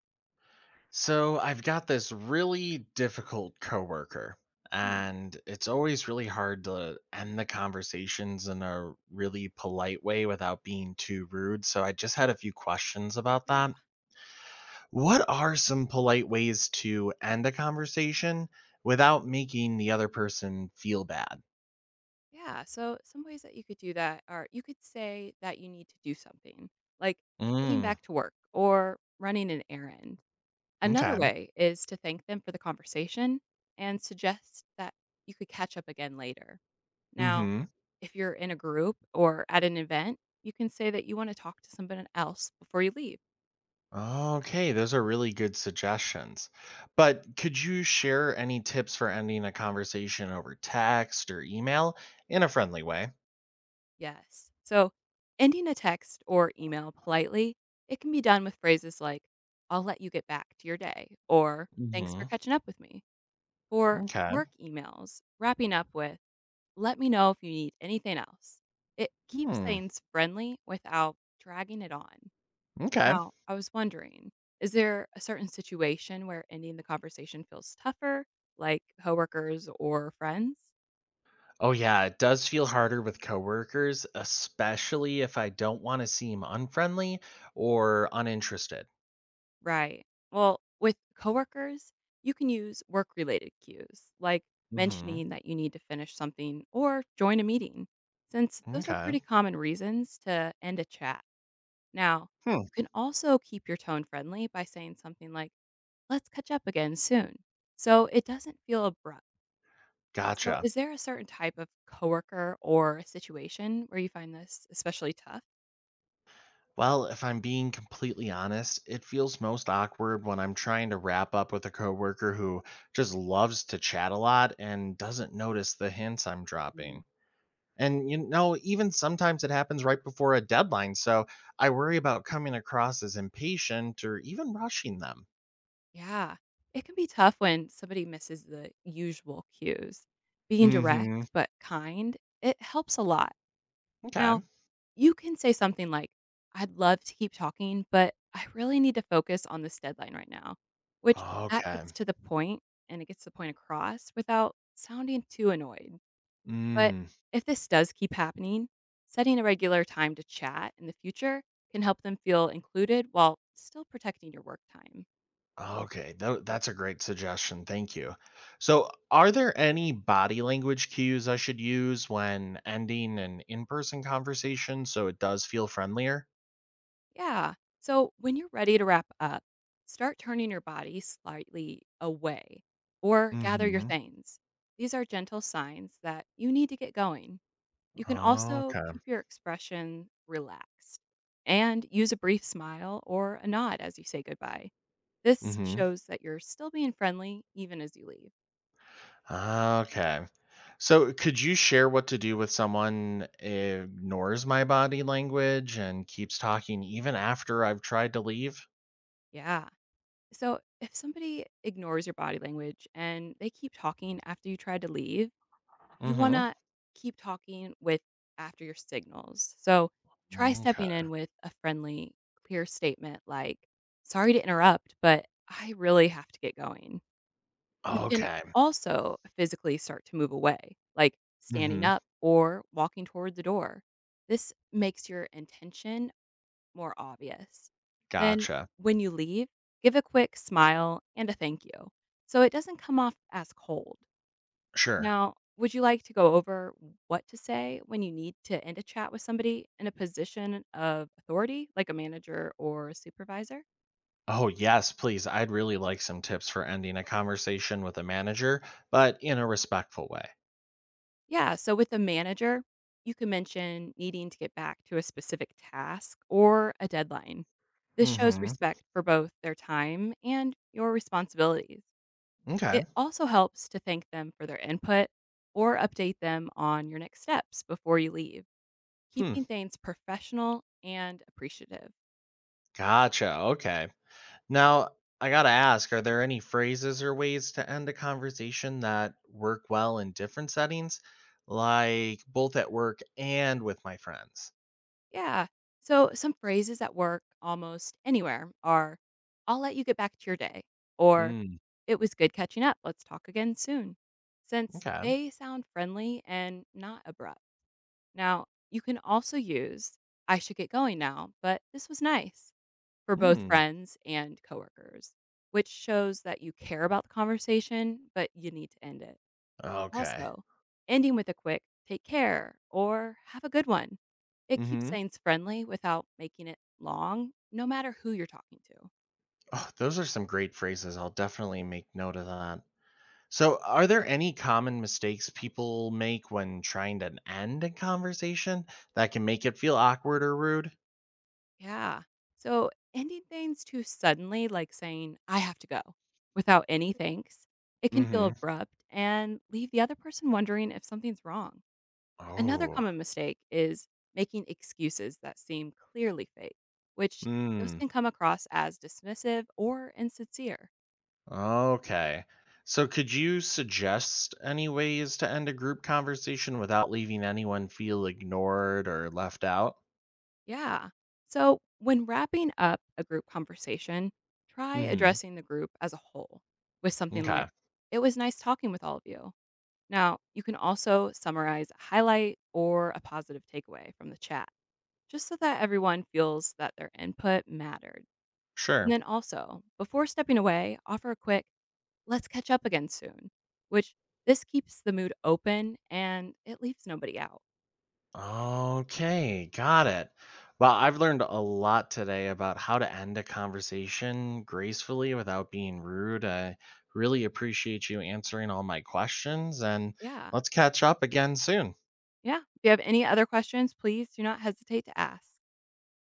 So I've got this really difficult coworker, Mm, and it's always really hard to end the conversations in a really polite way without being too rude. So I just had a few questions about yeah, that. What are some polite ways to end a conversation without making the other person feel bad? yeah. So some ways that you could do that are you could say that you need to do something, like getting Mm, back to work or running an errand. Another okay. way is to thank them for the conversation and suggest that you could catch up again later. Now, if you're in a group or at an event, you can say that you want to talk to someone else before you leave. Okay, those are really good suggestions. But could you share any tips for ending a conversation over text or email in a friendly way? Yes. So, ending a text or email politely, it can be done with phrases like, I'll let you get back to your day, or thanks for Hmm catching up with me. For Okay. work emails, wrapping up with, let me know if you need anything else. It keeps Hmm. things friendly without dragging it on. Okay. Now, I was wondering, is there a certain situation where ending the conversation feels tougher, like coworkers or friends? Oh yeah, it does feel harder with coworkers, especially if I don't want to seem unfriendly or uninterested. Right. Well, with coworkers, you can use work related cues, like Hmm mentioning that you need to finish something or join a meeting, since those are Okay. pretty common reasons to end a chat. Now, Hmm. you can also keep your tone friendly by saying something like, let's catch up again soon. So it doesn't feel abrupt. So, Gotcha. is there a certain type of coworker or a situation where you find this especially tough? Well, if I'm being completely honest, it feels most awkward when I'm trying to wrap up with a coworker who just loves to chat a lot and doesn't notice the hints I'm dropping. And even sometimes it happens right before a deadline, so I worry about coming across as impatient or even rushing them. Yeah. It can be tough when somebody misses the usual cues. Being direct Mm-hmm. but kind, it helps a lot. Now, Okay. you can say something like, I'd love to keep talking, but I really need to focus on this deadline right now, which that Okay. gets to the point and it gets the point across without sounding too annoyed. But Mm. if this does keep happening, setting a regular time to chat in the future can help them feel included while still protecting your work time. Okay, tho that's a great suggestion, thank you. So, are there any body language cues I should use when ending an in-person conversation so it does feel friendlier? Yeah. So when you're ready to wrap up, start turning your body slightly away or gather your Mhm. things. These are gentle signs that you need to get going. You can also Okay. keep your expression relaxed and use a brief smile or a nod as you say goodbye. This Mhm. shows that you're still being friendly even as you leave. Okay. So, could you share what to do with someone ignores my body language and keeps talking even after I've tried to leave? Yeah. So if somebody ignores your body language and they keep talking after you try to leave, you want Mhm. to keep talking with after your signals. So try stepping Okay. in with a friendly, clear statement like, sorry to interrupt, but I really have to get going. You can Okay. also physically start to move away, like standing Mhm. up or walking toward the door. This makes your intention more obvious. Then, Gotcha. when you leave, give a quick smile and a thank you so it doesn't come off as cold. Sure. Now, would you like to go over what to say when you need to end a chat with somebody in a position of authority, like a manager or a supervisor? Oh, yes, please. I'd really like some tips for ending a conversation with a manager, but in a respectful way. Yeah, so with a manager, you can mention needing to get back to a specific task or a deadline. This shows Hmm respect for both their time and your responsibilities. It Okay. also helps to thank them for their input or update them on your next steps before you leave, Hmm. keeping things professional and appreciative. Gotcha. Okay. Now, I gotta ask, are there any phrases or ways to end a conversation that work well in different settings, like both at work and with my friends? Yeah. So some phrases that work almost anywhere are I'll let you get back to your day or Mm, it was good catching up. Let's talk again soon. Since okay. they sound friendly and not abrupt. Now, you can also use I should get going now, but this was nice for both Mm, friends and coworkers, which shows that you care about the conversation, but you need to end it. okay. Also, ending with a quick "Take care" or "Have a good one." It keeps hmm things friendly without making it long, no matter who you're talking to. Oh, those are some great phrases. I'll definitely make note of that. So, are there any common mistakes people make when trying to end a conversation that can make it feel awkward or rude? Yeah. So, ending things too suddenly, like saying, "I have to go," without any thanks, it can feel Hmm abrupt and leave the other person wondering if something's wrong. Another Oh, common mistake is making excuses that seem clearly fake, which those mm, can come across as dismissive or insincere. okay. So, could you suggest any ways to end a group conversation without leaving anyone feel ignored or left out? Yeah. So, when wrapping up a group conversation, try Hmm addressing the group as a whole with something like, Okay, It was nice talking with all of you. Now, you can also summarize a highlight or a positive takeaway from the chat, just so that everyone feels that their input mattered. And sure. then also, before stepping away, offer a quick, Let's catch up again soon, which this keeps the mood open and it leaves nobody out. Okay, got it. Well, I've learned a lot today about how to end a conversation gracefully without being rude. I really appreciate you answering all my questions, and Yeah. let's catch up again soon. Yeah. If you have any other questions, please do not hesitate to ask.